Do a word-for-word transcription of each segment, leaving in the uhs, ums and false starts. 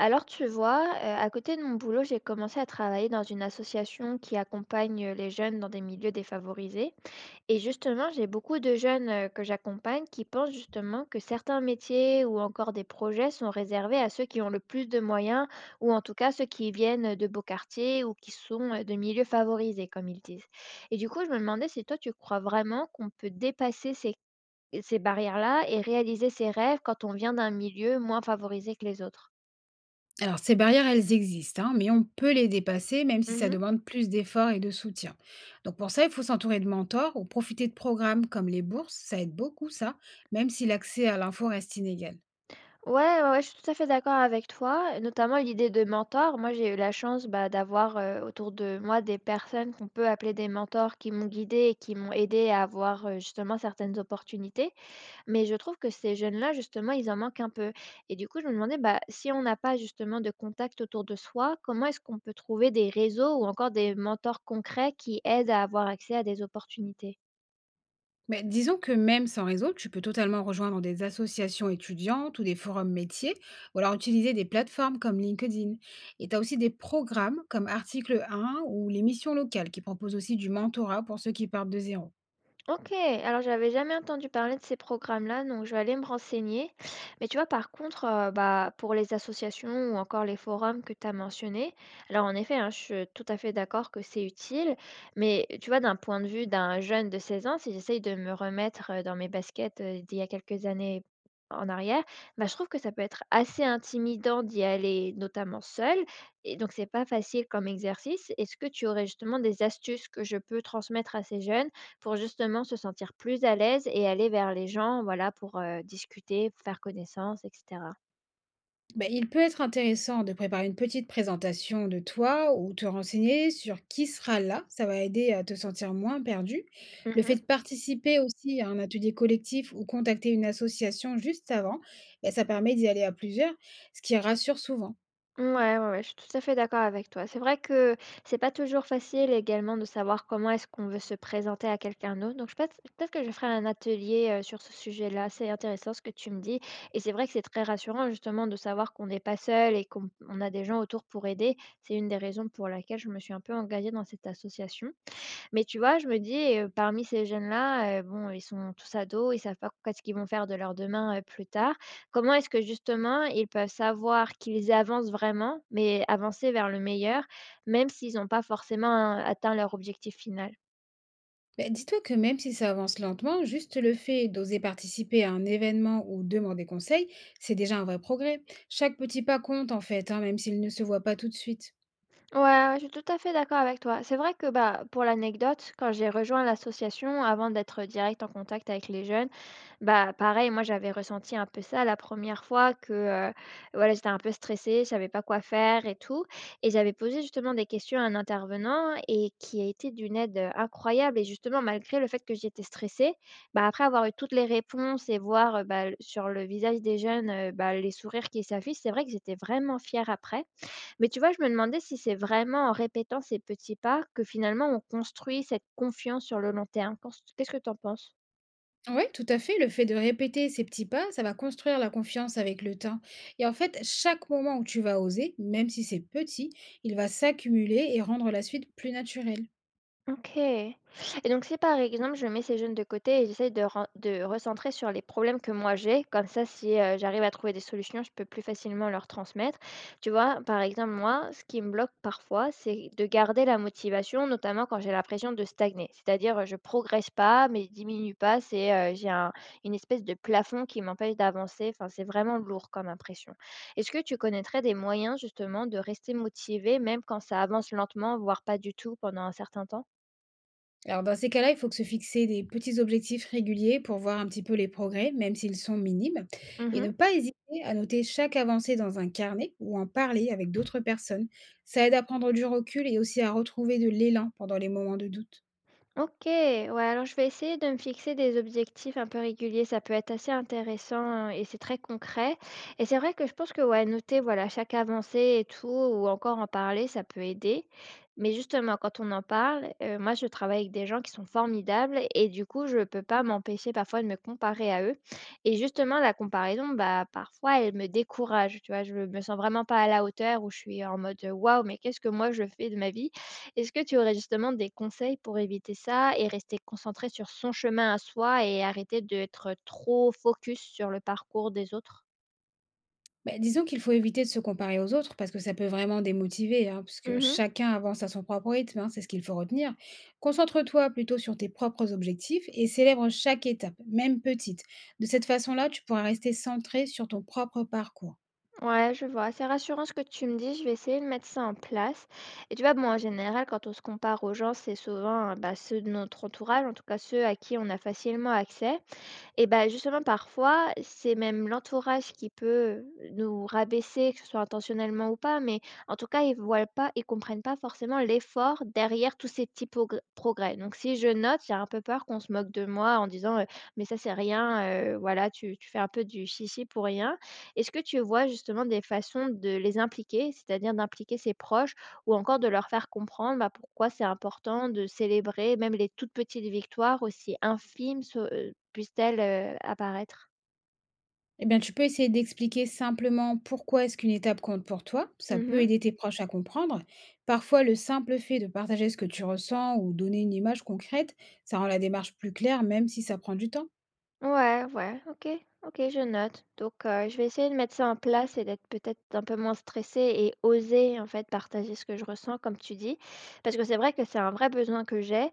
Alors tu vois, heu, à côté de mon boulot, j'ai commencé à travailler dans une association qui accompagne, euh, les jeunes dans des milieux défavorisés. Et justement, j'ai beaucoup de jeunes, heu, que j'accompagne qui pensent justement que certains métiers ou encore des projets sont réservés à ceux qui ont le plus de moyens, ou en tout cas ceux qui viennent de beaux quartiers ou qui sont, heu, de milieux favorisés comme ils disent. Et du coup, je me demandais si toi tu crois vraiment qu'on peut dépasser ces ces barrières-là et réaliser ses rêves quand on vient d'un milieu moins favorisé que les autres? Alors, ces barrières, elles existent, hein, mais on peut les dépasser, même si ça Mmh. demande plus d'efforts et de soutien. Donc, pour ça, il faut s'entourer de mentors ou profiter de programmes comme les bourses. Ça aide beaucoup, ça, même si l'accès à l'info reste inégal. Ouais, ouais, ouais, je suis tout à fait d'accord avec toi, et notamment l'idée de mentor. Moi, j'ai eu la chance bah, d'avoir euh, autour de moi des personnes qu'on peut appeler des mentors qui m'ont guidée et qui m'ont aidée à avoir euh, justement certaines opportunités. Mais je trouve que ces jeunes-là, justement, ils en manquent un peu. Et du coup, je me demandais, bah, si on n'a pas justement de contact autour de soi, comment est-ce qu'on peut trouver des réseaux ou encore des mentors concrets qui aident à avoir accès à des opportunités? Mais disons que même sans réseau, tu peux totalement rejoindre des associations étudiantes ou des forums métiers, ou alors utiliser des plateformes comme LinkedIn. Et tu as aussi des programmes comme Article un ou les missions locales qui proposent aussi du mentorat pour ceux qui partent de zéro. OK, alors j'avais jamais entendu parler de ces programmes-là, donc je vais aller me renseigner. Mais tu vois, par contre, euh, bah, pour les associations ou encore les forums que tu as mentionnés, alors en effet, hein, je suis tout à fait d'accord que c'est utile, mais tu vois, d'un point de vue d'un jeune de seize ans, si j'essaye de me remettre euh, dans mes baskets euh, d'il y a quelques années en arrière, bah, je trouve que ça peut être assez intimidant d'y aller, notamment seul, et donc c'est pas facile comme exercice. Est-ce que tu aurais justement des astuces que je peux transmettre à ces jeunes? Pour justement se sentir plus à l'aise et aller vers les gens, voilà, pour, heu, discuter, pour faire connaissance et cetera. Ben, il peut être intéressant de préparer une petite présentation de toi ou te renseigner sur qui sera là. Ça va aider à te sentir moins perdu. Le fait Mmh. de participer aussi à un atelier collectif ou contacter une association juste avant, ben, ça permet d'y aller à plusieurs, ce qui rassure souvent. Ouais, ouais, ouais, je suis tout à fait d'accord avec toi. C'est vrai que c'est pas toujours facile également de savoir comment est-ce qu'on veut se présenter à quelqu'un d'autre. Donc je pense peut-être que je ferai un atelier, heu, sur ce sujet-là. C'est intéressant ce que tu me dis et c'est vrai que c'est très rassurant justement de savoir qu'on n'est pas seul et qu'on on a des gens autour pour aider. C'est une des raisons pour laquelle je me suis un peu engagée dans cette association. Mais tu vois, je me dis, heu, parmi ces jeunes-là, heu, bon, ils sont tous ados, ils savent pas qu'est-ce qu'ils vont faire de leur demain, heu, plus tard. Comment est-ce que justement ils peuvent savoir qu'ils avancent vraiment, mais avancer vers le meilleur, même s'ils n'ont pas forcément, heu, atteint leur objectif final? Ben, dis-toi que même si ça avance lentement, juste le fait d'oser participer à un événement ou demander conseil, c'est déjà un vrai progrès. Chaque petit pas compte en fait, hein, même s'il ne se voit pas tout de suite. Ouais, ouais, je suis tout à fait d'accord avec toi. C'est vrai que bah, pour l'anecdote, quand j'ai rejoint l'association, avant d'être direct en contact avec les jeunes, bah pareil, moi j'avais ressenti un peu ça la première fois que euh, voilà, j'étais un peu stressée, je savais pas quoi faire et tout. Et j'avais posé justement des questions à un intervenant et qui a été d'une aide euh, incroyable. Et justement, malgré le fait que j'étais stressée, bah, après avoir eu toutes les réponses et voir euh, bah, sur le visage des jeunes euh, bah, les sourires qui s'affichent, c'est vrai que j'étais vraiment fière après. Mais tu vois, je me demandais si c'est vraiment en répétant ces petits pas que finalement on construit cette confiance sur le long terme. Qu'en qu'est-ce que tu en penses? Ouais, tout à fait. Le fait de répéter ces petits pas, ça va construire la confiance avec le temps. Et en fait, chaque moment où tu vas oser, même si c'est petit, il va s'accumuler et rendre la suite plus naturelle. OK. Et donc si par exemple, je mets ces jeunes de côté et j'essaye de ren de recentrer sur les problèmes que moi j'ai, comme ça si, heu, j'arrive à trouver des solutions, je peux plus facilement leur transmettre. Tu vois? Par exemple, moi, ce qui me bloque parfois, c'est de garder la motivation, notamment quand j'ai l'impression de stagner. C'est-à-dire, heu, je progresse pas, mais je diminue pas, c'est, heu, j'ai un une espèce de plafond qui m'empêche d'avancer, enfin, c'est vraiment lourd comme impression. Est-ce que tu connaîtrais des moyens justement de rester motivé même quand ça avance lentement, voire pas du tout pendant un certain temps? Alors dans ces cas-là, il faut que se fixer des petits objectifs réguliers pour voir un petit peu les progrès, même s'ils sont minimes, et ne Mmh. pas hésiter à noter chaque avancée dans un carnet ou en parler avec d'autres personnes. Ça aide à prendre du recul et aussi à retrouver de l'élan pendant les moments de doute. OK, ouais, alors je vais essayer de me fixer des objectifs un peu réguliers, ça peut être assez intéressant euh, et c'est très concret et c'est vrai que je pense que, ouais, noter, voilà, chaque avancée et tout ou encore en parler, ça peut aider. Mais justement, quand on en parle, heu, moi, je travaille avec des gens qui sont formidables et du coup, je peux pas m'empêcher parfois de me comparer à eux et justement, la comparaison, bah, parfois, elle me décourage, tu vois? Je me sens vraiment pas à la hauteur où je suis en mode: «Waouh, mais qu'est-ce que moi je fais de ma vie?» Est-ce que tu aurais justement des conseils pour éviter ça et rester concentré sur son chemin à soi et arrêter d'être trop focus sur le parcours des autres? Beh, disons qu'il faut éviter de se comparer aux autres parce que ça peut vraiment démotiver, hein, parce que Mhm. chacun avance à son propre rythme, hein, c'est ce qu'il faut retenir. Concentre-toi plutôt sur tes propres objectifs et célèbre chaque étape, même petite. De cette façon-là, tu pourras rester centré sur ton propre parcours. Ouais, je vois. C'est rassurant ce que tu me dis. Je vais essayer de mettre ça en place. Et tu vois, bon, en général, quand on se compare aux gens, c'est souvent euh, bah, ceux de notre entourage, en tout cas ceux à qui on a facilement accès. Et bah, justement, parfois, c'est même l'entourage qui peut nous rabaisser, que ce soit intentionnellement ou pas, mais en tout cas, ils voient pas ils comprennent pas forcément l'effort derrière tous ces petits progr progrès. Donc si je note, j'ai un peu peur qu'on se moque de moi en disant, heu: «Mais ça, c'est rien, heu, voilà, tu tu fais un peu du chichi pour rien». Est-ce que tu vois justement des façons de les impliquer, c'est-à-dire d'impliquer ses proches ou encore de leur faire comprendre, bah, pourquoi c'est important de célébrer même les toutes petites victoires aussi infimes se heu, puissent-elles, heu, apparaître. Eh bien, tu peux essayer d'expliquer simplement pourquoi est-ce qu'une étape compte pour toi. Ça peut Mmh. aider tes proches à comprendre. Parfois, le simple fait de partager ce que tu ressens ou donner une image concrète, ça rend la démarche plus claire, même si ça prend du temps. Ouais, ouais, OK, OK, je note. Donc heu, je vais essayer de mettre ça en place et d'être peut-être un peu moins stressée et oser, en fait, partager ce que je ressens comme tu dis. Parce que c'est vrai que c'est un vrai besoin que j'ai.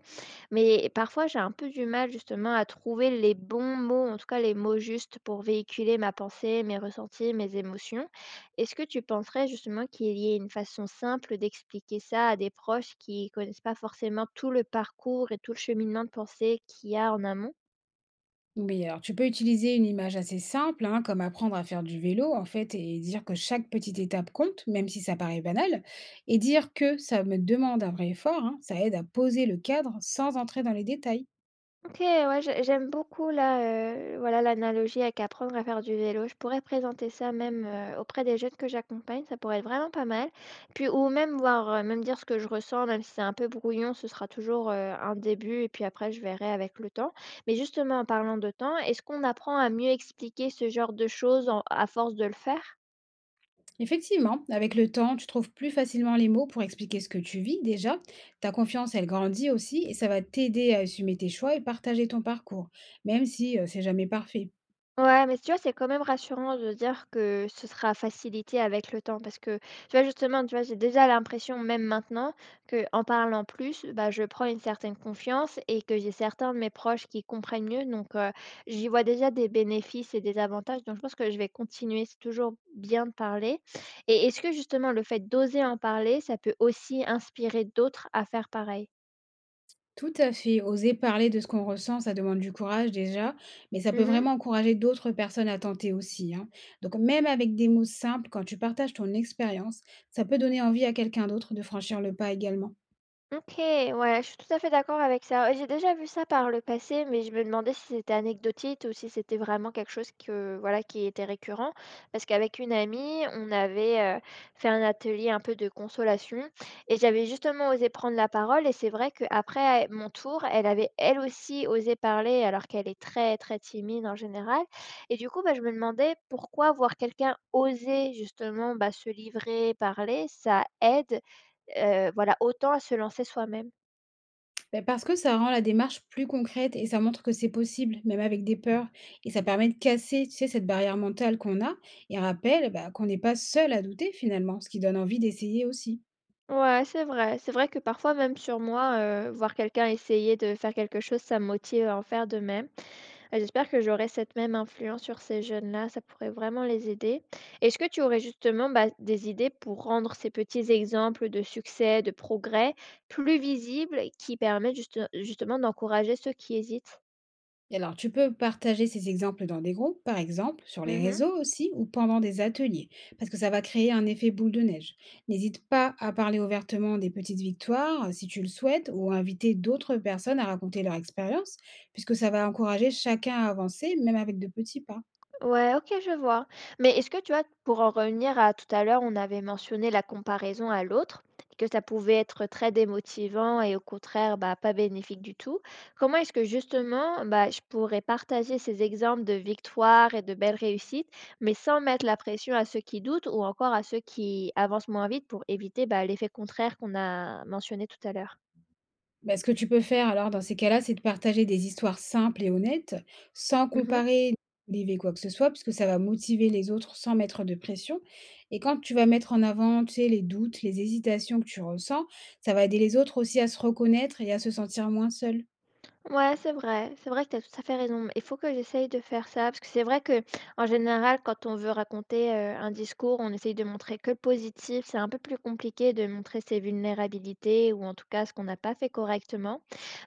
Mais parfois, j'ai un peu du mal justement à trouver les bons mots, en tout cas les mots justes pour véhiculer ma pensée, mes ressentis, mes émotions. Est-ce que tu penserais justement qu'il y ait une façon simple d'expliquer ça à des proches qui connaissent pas forcément tout le parcours et tout le cheminement de pensée qu'il y a en amont? Oui, alors tu peux utiliser une image assez simple, hein, comme apprendre à faire du vélo, en fait, et dire que chaque petite étape compte, même si ça paraît banal, et dire que ça me demande un vrai effort, hein, ça aide à poser le cadre sans entrer dans les détails. OK, ouais, j'ai j'aime beaucoup là, heu, voilà l'analogie avec apprendre à faire du vélo. Je pourrais présenter ça même, heu, auprès des jeunes que j'accompagne, ça pourrait être vraiment pas mal. Puis ou même voir, heu, même dire ce que je ressens, même si c'est un peu brouillon, ce sera toujours, heu, un début et puis après je verrai avec le temps. Mais justement en parlant de temps, est-ce qu'on apprend à mieux expliquer ce genre de choses en à force de le faire? Effectivement, avec le temps, tu trouves plus facilement les mots pour expliquer ce que tu vis déjà. Ta confiance, elle grandit aussi et ça va t'aider à assumer tes choix et partager ton parcours, même si euh, c'est jamais parfait. Ouais, mais tu vois, c'est quand même rassurant de dire que ce sera facilité avec le temps parce que, tu vois, justement, tu vois, j'ai déjà l'impression, même maintenant, que en parlant plus, bah, je prends une certaine confiance et que j'ai certains de mes proches qui comprennent mieux. Donc, euh, j'y vois déjà des bénéfices et des avantages. Donc, je pense que je vais continuer. C'est toujours bien de parler. Et est-ce que, justement, le fait d'oser en parler, ça peut aussi inspirer d'autres à faire pareil? Tout à fait. Oser parler de ce qu'on ressent, ça demande du courage déjà, mais ça peut Mhm. vraiment encourager d'autres personnes à tenter aussi, hein. Donc même avec des mots simples, quand tu partages ton expérience, ça peut donner envie à quelqu'un d'autre de franchir le pas également. OK, ouais, je suis tout à fait d'accord avec ça. Ouais, j'ai déjà vu ça par le passé, mais je me demandais si c'était anecdotique ou si c'était vraiment quelque chose que, voilà, qui était récurrent. Parce qu'avec une amie, on avait euh, fait un atelier un peu de consolation et j'avais justement osé prendre la parole. Et c'est vrai qu'après mon tour, elle avait elle aussi osé parler alors qu'elle est très, très timide en général. Et du coup, bah, je me demandais pourquoi voir quelqu'un oser justement bah, se livrer, parler, ça aide. Heu, voilà, autant à se lancer soi-même. Ben, parce que ça rend la démarche plus concrète et ça montre que c'est possible, même avec des peurs. Et ça permet de casser, tu sais, cette barrière mentale qu'on a et rappelle ben, qu'on n'est pas seul à douter finalement, ce qui donne envie d'essayer aussi. Ouais, c'est vrai. C'est vrai que parfois même sur moi, heu, voir quelqu'un essayer de faire quelque chose, ça me motive à en faire de même. Heu, j'espère que j'aurai cette même influence sur ces jeunes-là, ça pourrait vraiment les aider. Est-ce que tu aurais justement, bah, des idées pour rendre ces petits exemples de succès, de progrès plus visibles, qui permettent juste justement d'encourager ceux qui hésitent? Et alors, tu peux partager ces exemples dans des groupes, par exemple, sur les Mmh. réseaux aussi, ou pendant des ateliers, parce que ça va créer un effet boule de neige. N'hésite pas à parler ouvertement des petites victoires, euh, si tu le souhaites, ou à inviter d'autres personnes à raconter leur expérience, puisque ça va encourager chacun à avancer, même avec de petits pas. Ouais, OK, je vois. Mais est-ce que tu vois, pour en revenir à tout à l'heure, on avait mentionné la comparaison à l'autre, que ça pouvait être très démotivant et au contraire, bah, pas bénéfique du tout. Comment est-ce que justement, bah, je pourrais partager ces exemples de victoires et de belles réussites, mais sans mettre la pression à ceux qui doutent ou encore à ceux qui avancent moins vite pour éviter, bah, l'effet contraire qu'on a mentionné tout à l'heure? Bah, ce que tu peux faire alors dans ces cas-là, c'est de partager des histoires simples et honnêtes, sans Mhm. comparer, livrer quoi que ce soit, puisque ça va motiver les autres sans mettre de pression. Et quand tu vas mettre en avant, tu sais, les doutes, les hésitations que tu ressens, ça va aider les autres aussi à se reconnaître et à se sentir moins seuls. Ouais, c'est vrai. C'est vrai que tu as tout à fait raison. Il faut que j'essaye de faire ça parce que c'est vrai que, en général, quand on veut raconter, heu, un discours, on essaye de montrer que le positif. C'est un peu plus compliqué de montrer ses vulnérabilités ou en tout cas ce qu'on n'a pas fait correctement.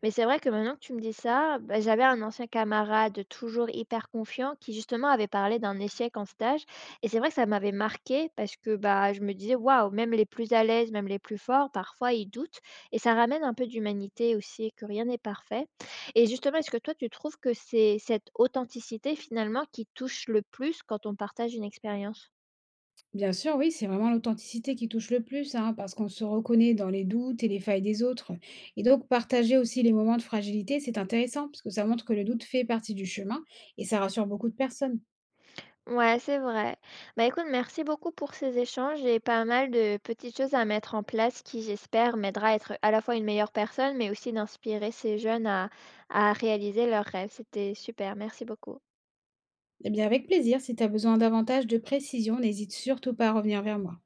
Mais c'est vrai que maintenant que tu me dis ça, bah, j'avais un ancien camarade toujours hyper confiant qui justement avait parlé d'un échec en stage et c'est vrai que ça m'avait marqué parce que, bah, je me disais: «Waouh, même les plus à l'aise, même les plus forts, parfois ils doutent» et ça ramène un peu d'humanité aussi, que rien n'est parfait. Et justement, est-ce que toi, tu trouves que c'est cette authenticité finalement qui touche le plus quand on partage une expérience? Bien sûr, oui, c'est vraiment l'authenticité qui touche le plus, hein, parce qu'on se reconnaît dans les doutes et les failles des autres. Et donc, partager aussi les moments de fragilité, c'est intéressant, parce que ça montre que le doute fait partie du chemin et ça rassure beaucoup de personnes. Ouais, c'est vrai. Bah écoute, merci beaucoup pour ces échanges. J'ai pas mal de petites choses à mettre en place qui, j'espère, m'aidera à être à la fois une meilleure personne, mais aussi d'inspirer ces jeunes à, à réaliser leurs rêves. C'était super. Merci beaucoup. Eh bien, avec plaisir, si tu as besoin davantage de précision, n'hésite surtout pas à revenir vers moi.